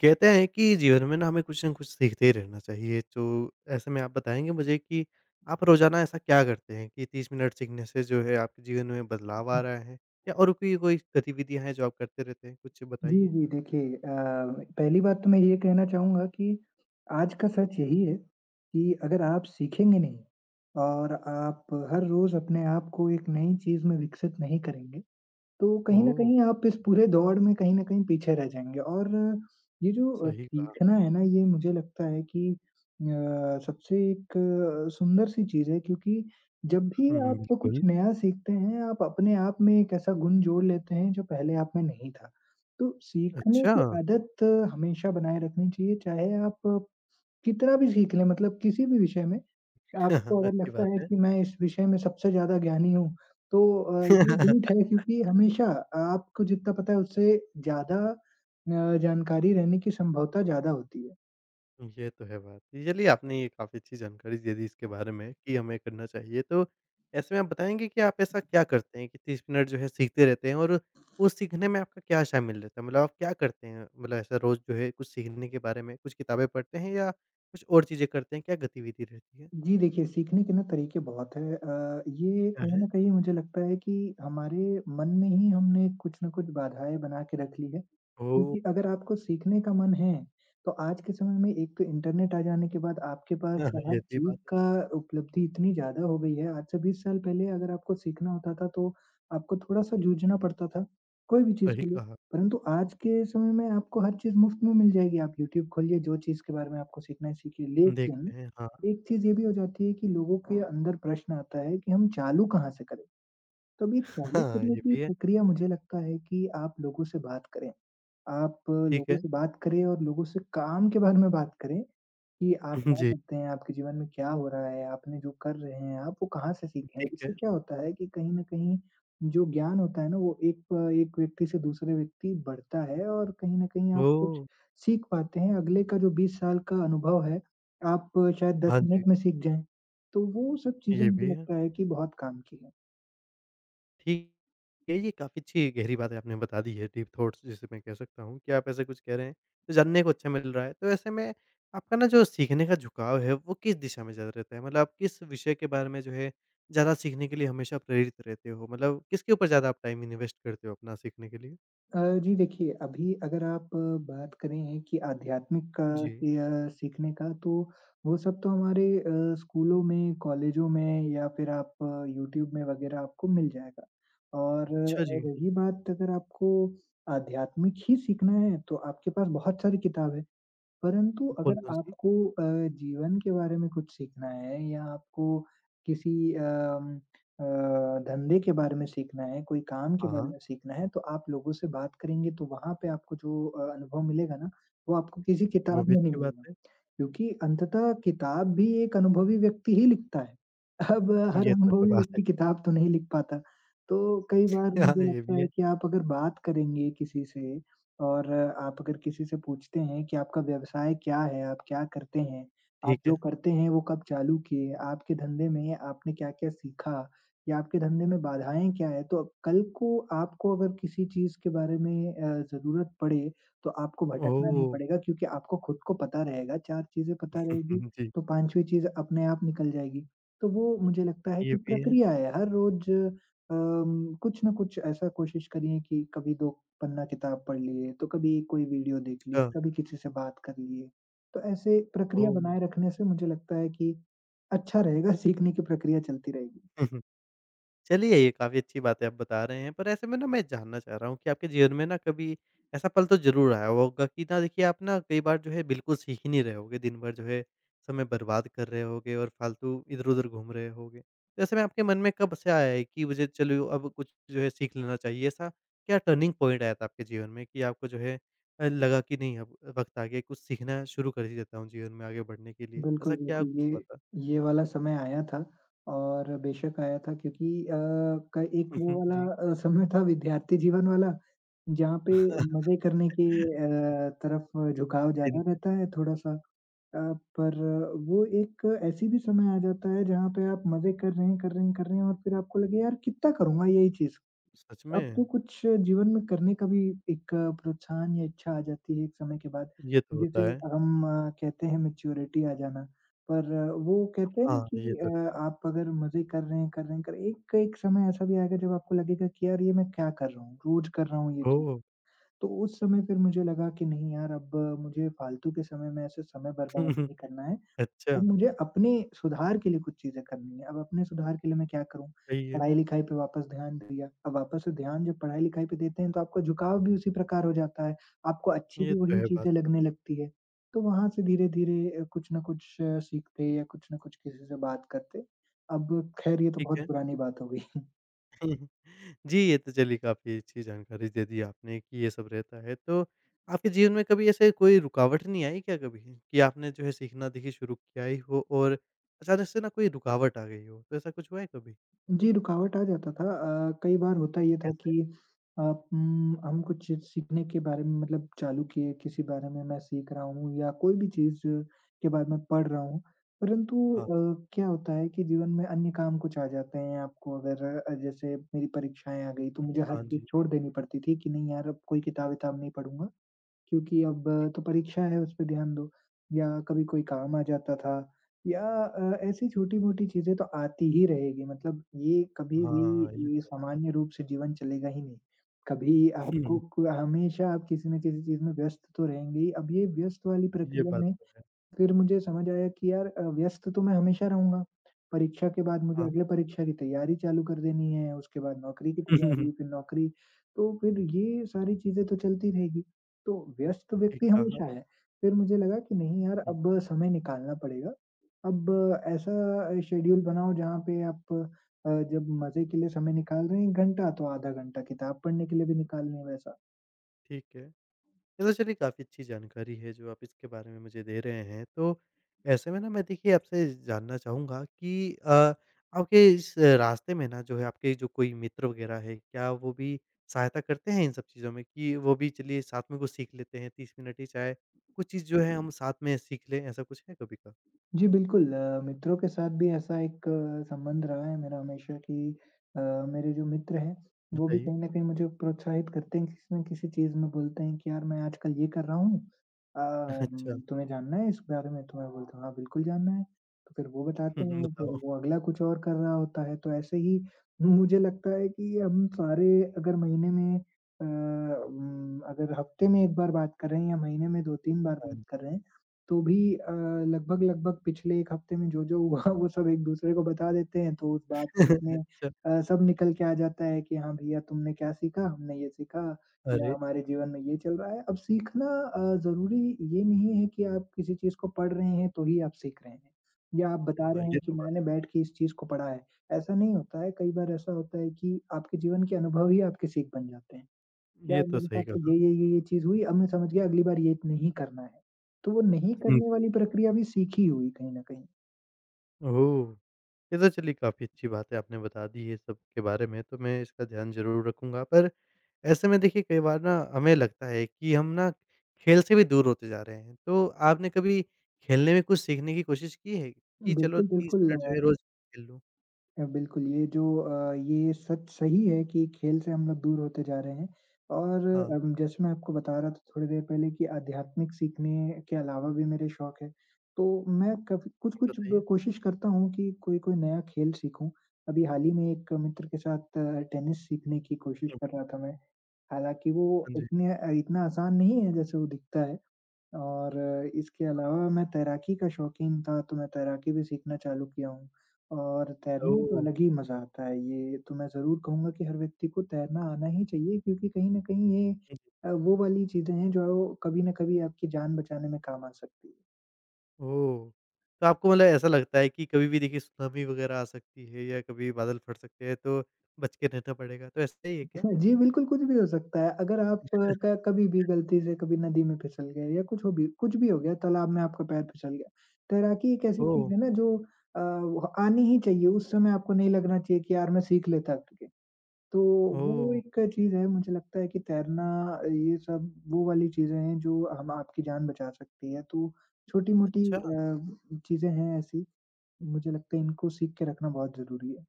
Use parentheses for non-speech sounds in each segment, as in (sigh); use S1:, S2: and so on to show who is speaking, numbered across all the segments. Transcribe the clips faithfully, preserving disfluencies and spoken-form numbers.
S1: कहते हैं कि जीवन में ना हमें कुछ ना कुछ सीखते ही रहना चाहिए तो ऐसे में आप बताएँगे मुझे कि आप रोज़ाना ऐसा क्या करते हैं कि तीस मिनट सीखने से जो है आपके जीवन में बदलाव
S2: जी,
S1: आ रहा है? या और कोई कोई गतिविधियाँ हैं जो आप करते रहते हैं? कुछ बताइए।
S2: जी, देखिए अ, पहली बात तो मैं ये कहना चाहूँगा कि आज का सच यही है कि अगर आप सीखेंगे नहीं और आप हर रोज़ अपने आप को एक नई चीज़ में विकसित नहीं करेंगे, तो कहीं न
S1: ओह!
S2: कहीं आप इस पूरे दौड़ में कहीं न कहीं पीछे रह जाएँगे और ये जो अ,
S1: सही कहा।
S2: सीखना है ना, ये मुझे लगता है कि अ, सबसे एक अ, सुंदर सी चीज़ है क्योंकि जब भी
S1: हुँ, हुँ।
S2: आप कुछ
S1: बिल्कुल।
S2: नया सीखते हैं, आप अपने आप में एक ऐसा गुण जोड़ लेते हैं जो पहले आप में नहीं था। तो सीखने
S1: अच्छा,
S2: की आदत हमेशा बनाए रखनी चाहिए, चाहे आप कितना भी सीख लें मतलब किसी भी विषय में आपको
S1: (laughs)
S2: अगर
S1: अच्छी
S2: लगता
S1: बात
S2: है
S1: है।
S2: कि मैं इस विषय में सबसे ज़्यादा ज्ञानी हूँ, तो अ, ये
S1: (laughs)
S2: झूठ है क्योंकि हमेशा आपको जितना पता है उससे ज़्यादा अ, जानकारी रहने की संभवता ज़्यादा होती है।
S1: ये तो है बात। चलिए आपने ये काफ़ी अच्छी जानकारी दे दी इसके बारे में कि हमें करना चाहिए। तो ऐसे में आप बताएँगे कि आप ऐसा क्या करते हैं कि तीस मिनट जो है सीखते रहते हैं और वो सीखने में आपका क्या शामिल रहता है? मतलब आप क्या करते हैं? मतलब ऐसा रोज़ जो है कुछ सीखने के बारे में, कुछ किताबें पढ़ते हैं या कुछ और चीज़ें करते हैं? क्या गतिविधि रहती है?
S2: जी, देखिए सीखने के ना तरीके बहुत हैं। अ, ये
S1: क्या
S2: कहीं न
S1: है?
S2: कहीं मुझे लगता है कि हमारे मन में ही हमने कुछ न कुछ बाधाएँ बना के रख ली है।
S1: ओह!
S2: क्योंकि अगर आपको सीखने का मन है, तो आज के समय में एक तो इंटरनेट आ जाने के बाद आपके पास
S1: हाँ,
S2: तो
S1: हाँ, (laughs)
S2: हर
S1: ये भी
S2: चीज़
S1: बात है।
S2: का उपलब्धि इतनी ज़्यादा हो गई है। आज से बीस साल पहले अगर आपको सीखना होता था तो आपको थोड़ा-सा जूझना पड़ता था, कोई भी चीज़
S1: सही
S2: के लिए।
S1: कहा।
S2: परंतु आज के समय में आपको हर चीज़ मुफ़्त में मिल जाएगी। आप यूट्यूब खोलिए, जो चीज़ के बारे में आपको सीखना है सीखिए। लेकिन
S1: देखते हैं, हाँ।
S2: एक चीज़ ये भी हो जाती है कि लोगों के अंदर प्रश्न आता है कि हम चालू कहाँ से करें? तो अभी
S1: (laughs)
S2: चालू
S1: हाँ,
S2: करने
S1: ये
S2: की
S1: भी है।
S2: प्रक्रिया मुझे लगता है कि आप लोगों से बात करें। आप
S1: ठीक
S2: लोगों
S1: है।
S2: से बात करें और लोगों से काम के बारे में बात करें कि आप
S1: (laughs)
S2: क्या
S1: जी,
S2: करते हैं, आपके जीवन में क्या हो रहा है, आपने जो कर रहे हैं, आप वो कहाँ से सीखे हैं?
S1: ठीक है।
S2: इससे क्या होता है कि कहीं न कहीं जो ज्ञान होता है ना, वो एक एक व्यक्ति से दूसरे व्यक्ति बढ़ता है और कहीं न कहीं आप कुछ
S1: ओह!
S2: सीख पाते हैं। अगले का जो बीस साल का अनुभव है, आप शायद दस
S1: हाँ जी,
S2: मिनट में सीख जाएँ। तो वो सब चीज़ें
S1: ये
S2: मुझे
S1: भी है।
S2: लगता है कि बहुत काम की है।
S1: ठीक है, ये काफ़ी अच्छी गहरी बातें आपने बता दी है, डीप थॉट्स जिसे मैं कह सकता हूँ कि आप ऐसा कुछ कह रहे हैं, तो जानने को अच्छा मिल रहा है। तो ऐसे में आपका ना जो सीखने का झुकाव है, वो किस दिशा में ज़्यादा रहता है? मतलब आप किस विषय के बारे में जो है, ज़्यादा सीखने के लिए हमेशा प्रेरित रहते हो? मतलब किसके ऊपर ज़्यादा आप टाइम इन्वेस्ट करते हो अपना सीखने के लिए?
S2: अ, जी देखिए, अभी अगर आप अ, बात करें कि आध्यात्मिक का
S1: जी।
S2: या सीखने का तो वो सब तो हमारे अ, स्कूलों में, कॉलेजों में या फिर आप अ, यूट्यूब में वगैरह आपको मिल जाएगा। और
S1: अच्छा
S2: अ,
S1: जी।
S2: रही बात अगर आपको आध्यात्मिक ही सीखना है तो आपके पास बहुत सारी किताब है। परंतु अगर
S1: कौन-कौन सी?
S2: आपको अ, जीवन के बारे में कुछ सीखना है या आपको किसी अम, अ, धंधे के बारे में सीखना है, कोई काम के
S1: हाँ,
S2: बारे
S1: हाँ।
S2: में सीखना है, तो आप लोगों से बात करेंगे तो वहाँ पे आपको जो अ, अनुभव मिलेगा ना, वो आपको किसी
S1: वो
S2: किताब
S1: भी
S2: में नहीं
S1: अच्छी बात
S2: मिलेगा।
S1: है।
S2: क्योंकि अंततः किताब भी एक अनुभवी व्यक्ति ही लिखता है। अब हर
S1: ये तो है
S2: अनुभवी
S1: बात है।
S2: व्यक्ति किताब तो नहीं लिख पाता। तो कई बार
S1: (laughs)
S2: मुझे
S1: हाँ, ये
S2: लगता
S1: भी
S2: है
S1: है।
S2: कि आप अगर बात करेंगे किसी से और आप अगर किसी से पूछते हैं कि आपका व्यवसाय क्या है? आप क्या करते हैं? आप
S1: ठीक
S2: जो
S1: है।
S2: करते हैं वो कब चालू किए? आपके धंधे में आपने क्या-क्या सीखा? या आपके धंधे में बाधाएँ क्या है? तो कल को आपको अगर किसी चीज़ के बारे में अ, ज़रूरत पड़े तो आपको भटकना नहीं
S1: ओह!
S2: पड़ेगा क्योंकि आपको खुद को पता रहेगा, चार चीज़ें पता रहेगी,
S1: (laughs) जी,
S2: तो 5वीं चीज़ अपने आप निकल जाएगी। तो वो मुझे लगता है
S1: ये
S2: कि
S1: भी है।
S2: प्रक्रिया है, हर रोज़ अम, कुछ ना कुछ ऐसा कोशिश करिए कि कभी दो पन्ना किताब पढ़ लिए, तो कभी कोई वीडियो देख ली,
S1: अच्छा।
S2: कभी किसी से बात कर लिए। तो ऐसे प्रक्रिया
S1: ओह!
S2: बनाए रखने से मुझे लगता है कि अच्छा रहेगा, सीखने की प्रक्रिया चलती रहेगी।
S1: (laughs) चलिए ये काफ़ी अच्छी बात है आप बता रहे हैं, पर ऐसे में ना मैं जानना चाह रहा हूँ कि आपके जीवन में ना कभी ऐसा पल तो ज़रूर आया होगा कि ना देखिए आप ना कई बार जो है बिल्कुल सीख ही नहीं रहे होगे, दिन भर जो है समय बर्बाद कर रहे होगे और फ़ालतू इधर-उधर घूम रहे होगे। तो ऐसे में आपके मन में कब से आया है कि मुझे चलो अब कुछ जो है सीख लेना चाहिए? ऐसा क्या टर्निंग पॉइंट आया था आपके जीवन में कि आपको जो है अ, लगा कि नहीं अब वक़्त आ गया कुछ सीखना शुरू कर ही देता हूँ जीवन में आगे बढ़ने के लिए?
S2: बिल्कुल,
S1: ऐसा क्या
S2: बिल्कुल।
S1: कुछ हुआ
S2: ये
S1: था?
S2: ये वाला समय आया था और बेशक आया था क्योंकि अ, क एक वो
S1: (laughs)
S2: वाला
S1: जी।
S2: अ, समय था विद्यार्थी जीवन वाला जहाँ पे मज़े करने के
S1: (laughs)
S2: अ, तरफ झुकाव
S1: दिन
S2: ज़्यादा
S1: भर
S2: रहता है थोड़ा-सा अ, पर वो एक ऐसी भी समय आ जाता है जहाँ पे आप मज़े कर रहे हैं, कर रहे हैं, कर रहे हैं और फिर आपको लगे यार कितना करूँगा यही चीज़।
S1: सच
S2: अब तो
S1: में?
S2: कुछ जीवन में करने का भी एक प्रोत्साहन या इच्छा आ जाती है एक समय के बाद।
S1: ये तो
S2: जिसे
S1: होता है।
S2: हम अ, कहते हैं मैच्योरिटी आ जाना। पर अ, वो कहते हैं ना
S1: हाँ,
S2: कि
S1: ये
S2: अ,
S1: तो
S2: आप अगर मज़े कर रहे हैं, कर रहे हैं, कर एक एक समय ऐसा भी आएगा जब आपको लगेगा कि यार ये मैं क्या कर रहा हूँ? रोज़ कर रहा हूँ ये चीज़।
S1: ओह!
S2: तो उस समय फिर मुझे लगा कि नहीं यार अब मुझे फालतू के समय में ऐसे समय बर्बाद नहीं
S1: (laughs)
S2: करना है। अब
S1: अच्छा,
S2: मुझे अपने सुधार के लिए कुछ चीज़ें करनी है। अब अपने सुधार के लिए मैं क्या करूँ?
S1: सही है।
S2: पढ़ाई-लिखाई पे वापस ध्यान दिया। अब वापस से ध्यान जब पढ़ाई-लिखाई पे देते हैं तो आपका झुकाव भी उसी प्रकार हो जाता है। आपको अच्छी
S1: ये
S2: भी
S1: तो
S2: वही
S1: है बात,
S2: चीज़ें लगने लगती है। तो वहाँ से धीरे-धीरे अ, कुछ न कुछ अ, सीखते या कुछ न कुछ किसी से बात करते अब खैर ये तो
S1: ठीक
S2: बहुत
S1: है।
S2: पुरानी बात हो गई।
S1: (laughs) जी, ये तो चलिए काफ़ी अच्छी जानकारी दे दी आपने कि ये सब रहता है। तो आपके जीवन में कभी ऐसे कोई रुकावट नहीं आई क्या कभी कि आपने जो है सीखना देखिए शुरू किया ही हो और अचानक से ना कोई रुकावट आ गई हो? तो ऐसा कुछ हुआ है कभी?
S2: जी, रुकावट आ जाता था। अ, कई बार होता ये था
S1: कैसे?
S2: कि अ, उम, हम कुछ चीज़ सीखने के बारे में मतलब चालू किए, किसी बारे में मैं सीख रहा हूँ या कोई भी चीज़ के बारे में पढ़ रहा हूँ। परंतु
S1: हाँ।
S2: अ, क्या होता है कि जीवन में अन्य काम कुछ आ जाते हैं आपको अगर अ, जैसे मेरी परीक्षाएँ आ गई, तो मुझे हर
S1: हाँ
S2: चीज़
S1: जी,
S2: छोड़ देनी पड़ती थी कि नहीं यार अब कोई किताब-विताब नहीं पढ़ूँगा। क्योंकि अब तो
S1: ठीक
S2: परीक्षा है उस पे ध्यान दो या कभी कोई काम आ जाता था या अ, ऐसी छोटी-मोटी चीज़ें तो आती ही रहेगी मतलब ये
S1: है।
S2: कभी भी
S1: हाँ, ये
S2: ये
S1: तो है बात।
S2: सामान्य रूप से जीवन चलेगा ही नहीं। कभी आपको
S1: (laughs)
S2: क हमेशा आप किसी न किसी चीज़ में व्यस्त तो रहेंगे ही। अब ये व्यस्त वाली
S1: ये
S2: प्रक्रिया
S1: बात
S2: में फिर मुझे समझ आया कि यार अ, व्यस्त तो मैं हमेशा रहूँगा। परीक्षा के बाद मुझे
S1: हाँ,
S2: अगले परीक्षा की तैयारी चालू कर देनी है, उसके बाद नौकरी की तैयारी, फिर
S1: (laughs)
S2: नौकरी, तो फिर ये सारी चीज़ें तो चलती रहेगी। तो व्यस्त
S1: ठीक
S2: व्यक्ति
S1: कहा।
S2: हमेशा है। फिर मुझे लगा कि नहीं यार
S1: हुँ,
S2: अब समय निकालना पड़ेगा। अब ऐसा शेड्यूल बनाओ जहाँ पे आप अ, जब मज़े के लिए समय निकाल रहे हैं एक घंटा तो आधा घंटा किताब पढ़ने के लिए भी निकाल लें वैसा।
S1: ठीक है। ये तो चलिए काफ़ी अच्छी जानकारी है जो आप इसके बारे में मुझे दे रहे हैं। तो ऐसे में ना मैं देखिए आपसे जानना चाहूँगा कि अ, आपके इस रास्ते में ना जो है आपके जो कोई मित्र वग़ैरह है, क्या वो भी सहायता करते हैं इन सब चीज़ों में कि वो भी चलिए साथ में कुछ सीख लेते हैं तीस मिनट ही चाहे कुछ चीज़ जो है हम साथ में सीख लें, ऐसा कुछ है कभी का?
S2: जी, बिल्कुल अ, मित्रों के साथ भी ऐसा एक अ, संबंध रहा है मेरा हमेशा कि अ, मेरे जो मित्र हैं, वो भी
S1: बताइए।
S2: कहीं न कहीं मुझे प्रोत्साहित करते हैं, किसी न किसी चीज़ में बोलते हैं कि, "यार, मैं आजकल ये कर रहा हूँ अ,
S1: अच्छा। (laughs)
S2: तुम्हें जानना है इस बारे में?" तो मैं बोलता हूँ, "हाँ, बिल्कुल जानना है।" तो फिर वो बताते
S1: हुँ, हुँ,
S2: हैं, फिर
S1: बताओ।
S2: वो अगला कुछ और कर रहा होता है, तो ऐसे ही (laughs) मुझे लगता है कि हम सारे अगर महीने में अ, उम, अगर हफ्ते में एक बार बात कर रहे हैं या महीने में दो तीन बार
S1: हाँ
S2: बात
S1: जी।
S2: कर रहे हैं, तो भी अ, लगभग-लगभग पिछले एक हफ्ते में जो-जो हुआ वो सब एक-दूसरे को बता देते हैं, तो उस बातचीत में
S1: (laughs) अच्छा।
S2: अ, सब निकल के आ जाता है कि हाँ, भैया तुमने क्या सीखा? हमने ये सीखा या
S1: अरे!
S2: हमारे जीवन में ये चल रहा है। अब सीखना अ, ज़रूरी ये नहीं है कि आप किसी चीज़ को पढ़ रहे हैं तो ही आप सीख रहे हैं या आप बता
S1: हाँ,
S2: रहे हैं
S1: ये
S2: कि
S1: तो बात
S2: मैंने बैठ के इस चीज़ को पढ़ा है, ऐसा नहीं होता है। कई बार ऐसा होता है कि आपके जीवन के अनुभव ही आपकी सीख बन जाते हैं।
S1: ये
S2: यार
S1: तो
S2: मेरे साथ
S1: सही
S2: तो
S1: कहा।
S2: ये, ये, ये, ये चीज़ हुई, अब मैं समझ गया अगली बार ये नहीं करना है। तो वो नहीं
S1: हुँ,
S2: करने
S1: जी।
S2: वाली प्रक्रिया भी सीखी हुई कहीं न कहीं।
S1: ओह! ये तो चलिए काफ़ी अच्छी बात है आपने बता दी ये सब के बारे में, तो मैं इसका ध्यान ज़रूर रखूँगा। पर ऐसे में देखिए कई बार ना हमें लगता है कि हम ना खेल से भी दूर होते जा रहे हैं। तो आपने कभी खेलने में कुछ सीखने की कोशिश की है कि चलो
S2: बिल्कुल,
S1: तीस
S2: बिल्कुल,
S1: मिनट
S2: अ,
S1: जो है रोज़ खेल लूँ?
S2: अ, बिल्कुल, ये जो अ, ये सच सही है कि खेल से हम लोग दूर होते जा रहे हैं और
S1: हाँ, आप
S2: अम, जैसे मैं आपको बता रहा था थोड़ी देर पहले कि आध्यात्मिक सीखने के अलावा भी मेरे शौक है। तो मैं कभी कुछ-कुछ ब
S1: बताइए।
S2: कोशिश करता हूँ कि कोई-कोई नया खेल सीखूँ। अभी हाल ही में एक मित्र के साथ अ, टेनिस सीखने की कोशिश
S1: हुँ,
S2: कर
S1: हुँ।
S2: रहा था मैं। हालाँकि वो
S1: हाँ जी।
S2: इतने अ, इतना आसान नहीं है जैसे वो दिखता है। और इसके अलावा मैं तैराकी का शौकीन था, तो मैं तैराकी भी सीखना चालू किया हूँ और तैरने में तो
S1: ओह!
S2: अलग ही मज़ा आता है। ये तो मैं ज़रूर कहूँगा कि हर व्यक्ति को तैरना आना ही चाहिए क्योंकि कहीं न कहीं ये
S1: हुँ,
S2: अ, वो वाली चीज़ें हैं जो कभी न कभी आपकी जान बचाने में काम आ सकती है।
S1: ओह! तो आपको मतलब ऐसा लगता है कि कभी भी देखिए सुनामी वग़ैरह आ सकती है या कभी बादल फट सकते हैं तो बच के रहना पड़ेगा, तो ऐसा ही है क्या?
S2: (laughs) जी, बिल्कुल, कुछ भी हो सकता है। अगर आप अ, क कभी भी गलती से कभी नदी में फिसल गए या कुछ हो भी कुछ भी हो गया, तालाब में आपका पैर फिसल गया। तैराकी एक ऐसी
S1: ओह!
S2: चीज़ है ना जो अ, व आनी ही चाहिए। उस समय आपको नहीं लगना चाहिए कि यार मैं सीख लेता करके। तो वो
S1: ओह!
S2: एक चीज़ है, मुझे लगता है कि तैरना, अ, ये सब वो वाली चीज़ें हैं जो हम आपकी जान बचा सकती है। तो छोटी-मोटी
S1: अच्छा।
S2: अ, चीज़ें हैं ऐसी, मुझे लगता है इनको सीख के रखना बहुत ज़रूरी है।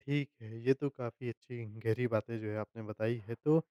S1: ठीक है, ये तो काफ़ी अच्छी गहरी बातें जो है आपने बताई है। तो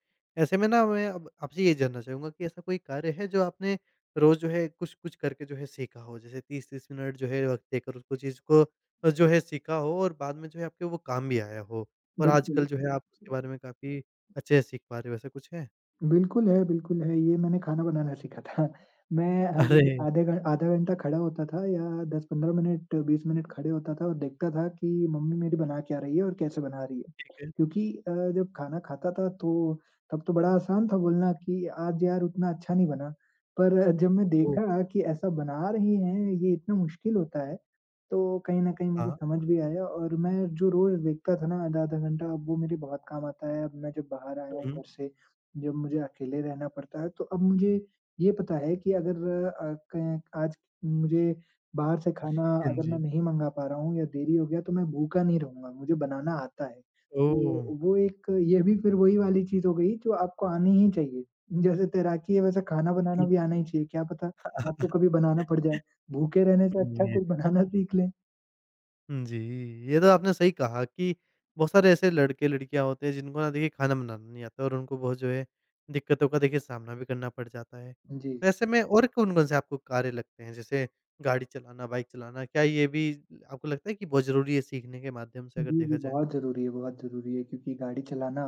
S1: ऐसे में ना मैं अब आपसे ये जानना चाहूँगा कि ऐसा कोई कार्य है जो आपने रोज़ जो है कुछ-कुछ करके जो है सीखा हो? जैसे तीस तीस मिनट जो है वक़्त देकर उसको चीज़ को अ, जो है सीखा हो और बाद में जो है आपके वो काम भी आया हो और आजकल
S2: बिल्कुल।
S1: जो है आप उसके बारे में काफ़ी अच्छे से सीख पा रहे हो, ऐसा कुछ है?
S2: बिल्कुल है, बिल्कुल है। ये मैंने खाना बनाना सीखा था। (laughs) मैं हर रोज़
S1: अरे!
S2: आधे घं आधा घंटा खड़ा होता था, या दस पंद्रह मिनट, बीस मिनट खड़े होता था और देखता था कि मम्मी मेरी बना क्या रही है और कैसे बना रही है।
S1: ठीक है।
S2: क्योंकि अ, जब खाना खाता था, तो तब तो बड़ा आसान था बोलना कि आज यार उतना अच्छा नहीं बना। पर जब मैं
S1: ओह!
S2: देखा कि ऐसा बना रही हैं, ये इतना मुश्किल होता है, तो कहीं न कहीं मुझे
S1: हाँ।
S2: समझ भी आया, और मैं जो रोज़ देखता था ना आधा-आधा घंटा, अब वो मेरे बहुत काम आता है। अब मैं जब बाहर आया
S1: हुँ,
S2: हूँ
S1: हुँ।
S2: घर से, जब मुझे अकेले रहना पड़ता है, तो अब मुझे ये पता है कि अगर अ, क आज मुझे बाहर से खाना
S1: हाँ
S2: अगर मैं
S1: जी।
S2: नहीं मँगा पा रहा हूँ या देरी हो गया, तो मैं भूखा नहीं रहूँगा, मुझे बनाना आता है।
S1: ओह!
S2: वो वो एक, ये भी फिर वही वाली चीज़ हो गई, जो आपको आनी ही चाहिए। जैसे तैराकी है, वैसे खाना बनाना भी आना ही चाहिए, क्या पता आपको कभी बनाना पड़
S1: (laughs)
S2: जाए। भूखे रहने से
S1: हुँ,
S2: अच्छा
S1: ये भी
S2: कुछ
S1: ठीक
S2: बनाना
S1: है।
S2: सीख लें।
S1: हुँ, जी। ये तो आपने सही कहा कि बहुत सारे ऐसे लड़के-लड़कियाँ होते हैं जिनको ना देखिए खाना बनाना नहीं आता और उनको बहुत जो है दिक्कतों का देखिए सामना भी करना पड़ जाता है।
S2: जी।
S1: तो ऐसे में और कौन-कौन से आपको कार्य लगते हैं जैसे गाड़ी चलाना, बाइक चलाना क्या ये भी आपको लगता है कि बहुत ज़रूरी है सीखने के माध्यम से अगर
S2: जी, जी,
S1: देखा जाए?
S2: बहुत ज़रूरी है, बहुत ज़रूरी है, क्योंकि गाड़ी चलाना,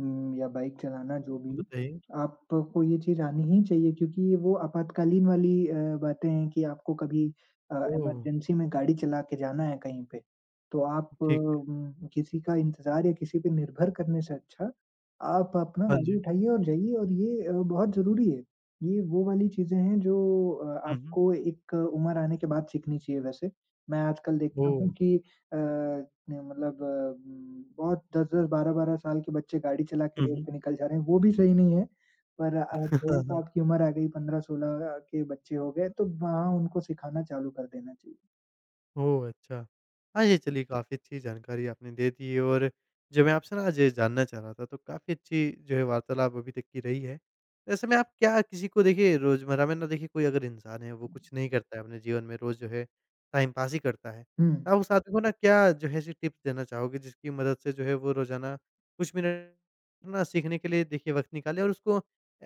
S2: उम, या बाइक चलाना, जो भी,
S1: बताइए।
S2: आपको ये चीज़ आनी ही चाहिए, क्योंकि ये वो आपातकालीन वाली अ, बातें हैं कि आपको कभी अ,
S1: ओह!
S2: इमरजेंसी में गाड़ी चला के जाना है कहीं पे, तो आप
S1: ठीक है।
S2: उम, किसी का इंतज़ार या किसी पे निर्भर करने से अच्छा, आप अपना
S1: हाँ
S2: गाड़ी
S1: जी।
S2: उठाइए और जाइए, और ये अ, बहुत ज़रूरी है। ये वो वाली चीज़ें हैं जो अ,
S1: हुँ, हुँ।
S2: आपको एक उम्र आने के बाद सीखनी चाहिए वैसे। मैं आजकल देखता हूँ
S1: ओह!
S2: कि अ ने मतलब उम, बहुत दस दस, बारह बारह साल के बच्चे गाड़ी चला के
S1: हुँ,
S2: रोड
S1: हुँ।
S2: पे निकल जा रहे हैं, वो भी सही नहीं है। पर अ, थोड़ा-सा
S1: (laughs)
S2: आपकी उम्र आ गई, पंद्रह सोलह के बच्चे हो गए, तो वहाँ उनको सिखाना चालू कर देना चाहिए।
S1: ओह! अच्छा। हाँ, ये चलिए काफ़ी अच्छी जानकारी आपने दे दी है और जो मैं आपसे ना आज ये जानना चाह रहा था, तो काफ़ी अच्छी जो है वार्तालाप अभी तक की रही है। ऐसे में आप क्या किसी को देखिए रोज़मर्रा में ना देखिए कोई अगर इंसान है वो कुछ नहीं करता है अपने जीवन में, रोज़ जो है टाइम पास ही करता है।
S2: हुँ।
S1: आप उस आदमी को ना क्या जो है ऐसी टिप्स देना चाहोगे जिसकी मदद से जो है वो रोज़ाना कुछ मिनट ना सीखने के लिए देखिए वक़्त निकाले और उसको अ,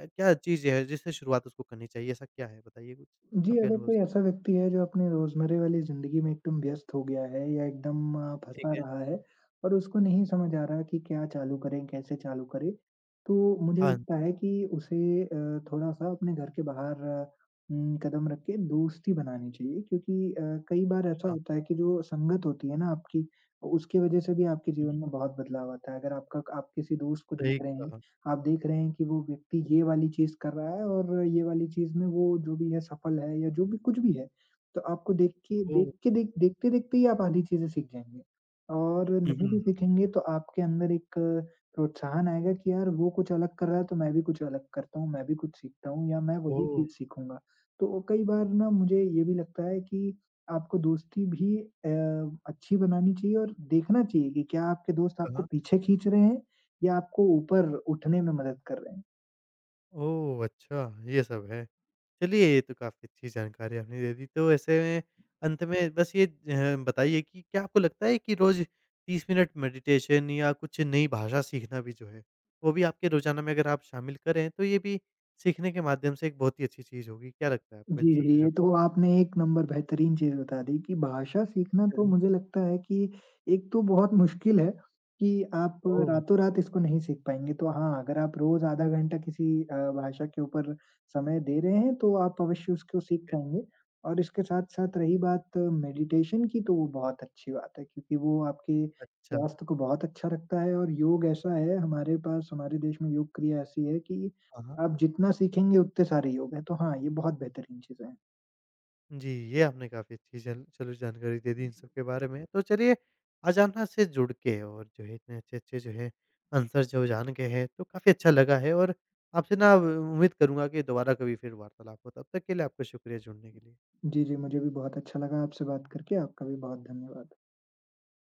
S1: क्या चीज़ है जिससे शुरुआत उसको करनी चाहिए? ऐसा क्या है बताइए कुछ
S2: जी,
S1: आपके
S2: अगर
S1: अनुभव
S2: कोई
S1: से?
S2: ऐसा व्यक्ति है जो अपनी रोज़मर्रे वाली ज़िंदगी में एकदम व्यस्त हो गया है या एकदम अ, फँसा
S1: ठीक है।
S2: रहा है, और उसको नहीं समझ आ रहा कि क्या चालू करें, कैसे चालू करें, तो मुझे
S1: हाँ, हाँ।
S2: लगता है कि उसे अ, थोड़ा-सा अपने घर के बाहर उम, कदम रख के दोस्ती बनानी चाहिए, क्योंकि अ, कई बार ऐसा
S1: हुँ,
S2: होता है कि जो संगत होती है ना आपकी, उसकी वज़ह से भी आपके जीवन
S1: हुँ।
S2: में बहुत बदलाव आता है। अगर आपका आप किसी दोस्त को देख
S1: सही
S2: रहे हैं,
S1: कहा।
S2: आप देख रहे हैं कि वो व्यक्ति ये वाली चीज़ कर रहा है, और ये वाली चीज़ में वो जो भी है सफल है, या जो भी कुछ भी है। तो आपको देख के
S1: ओह!
S2: देख के देख देखते-देखते ही आप आधी चीज़ें सीख जाएँगे, और
S1: हुँ,
S2: नहीं भी
S1: हुँ।
S2: सीखेंगे तो आपके अंदर एक अ, प्रोत्साहन आएगा कि यार वो कुछ अलग कर रहा है तो मैं भी कुछ अलग करता हूँ, मैं भी कुछ सीखता हूँ, या मैं वही
S1: ओह!
S2: चीज़ सीखूँगा। तो कई बार ना मुझे ये भी लगता है कि आपको दोस्ती भी अ, अच्छी बनानी चाहिए, और देखना चाहिए कि क्या आपके दोस्त आपको
S1: कहाँ?
S2: पीछे खींच रहे हैं, ये आपको ऊपर उठने में मदद कर रहे हैं।
S1: ओह! अच्छा, ये सब है। चलिए ये तो काफ़ी अच्छी जानकारी आपने दे दी। तो ऐसे में अंत में बस ये अ, बताइए कि क्या आपको लगता है कि रोज़ तीस मिनट मेडिटेशन या कुछ नई भाषा सीखना भी जो है, वो भी आपके रोज़ाना में अगर आप शामिल करें, तो ये भी सीखने के माध्यम से एक बहुत ही अच्छी चीज़ होगी। क्या लगता है आपको
S2: जी,
S1: इन सब चीज़ों
S2: ये
S1: के
S2: तो
S1: बारे
S2: आपने एक नंबर बेहतरीन चीज़ बता दी कि भाषा सीखना,
S1: में?
S2: तो
S1: हुँ।
S2: मुझे लगता है कि एक तो बहुत मुश्किल है कि आप
S1: ओह!
S2: रातों-रात इसको नहीं सीख पाएँगे। तो हाँ, अगर आप रोज़ आधा घंटा किसी अ, भाषा के ऊपर समय दे रहे हैं, तो आप अवश्य उसको
S1: ठीक
S2: सीख
S1: है।
S2: पाएँगे। और इसके साथ-साथ रही बात मेडिटेशन की, तो वो बहुत अच्छी बात है, क्योंकि वो आपके
S1: अच्छा।
S2: स्वास्थ्य को बहुत अच्छा रखता है, और योग ऐसा है, हमारे पास हमारे देश में योग क्रिया ऐसी है कि
S1: हाँ, हाँ।
S2: आप जितना सीखेंगे उतने सारे ही हो गए, तो हाँ, ये बहुत बेहतरीन चीज़ें हैं।
S1: जी, ये आपने काफ़ी अच्छी जल चलो जानकारी दे दी इन सब के बारे में। तो चलिए अजाना से जुड़ के और जो है इतने अच्छे-अच्छे जो है आंसर जो जान के हैं तो काफ़ी अच्छा लगा है और आपसे ना उम्मीद करूँगा कि दोबारा कभी फिर वार्तालाप हो। तब तक के लिए आपका शुक्रिया जुड़ने के लिए।
S2: जी, जी, मुझे भी बहुत अच्छा लगा आपसे बात करके, आपका भी बहुत धन्यवाद।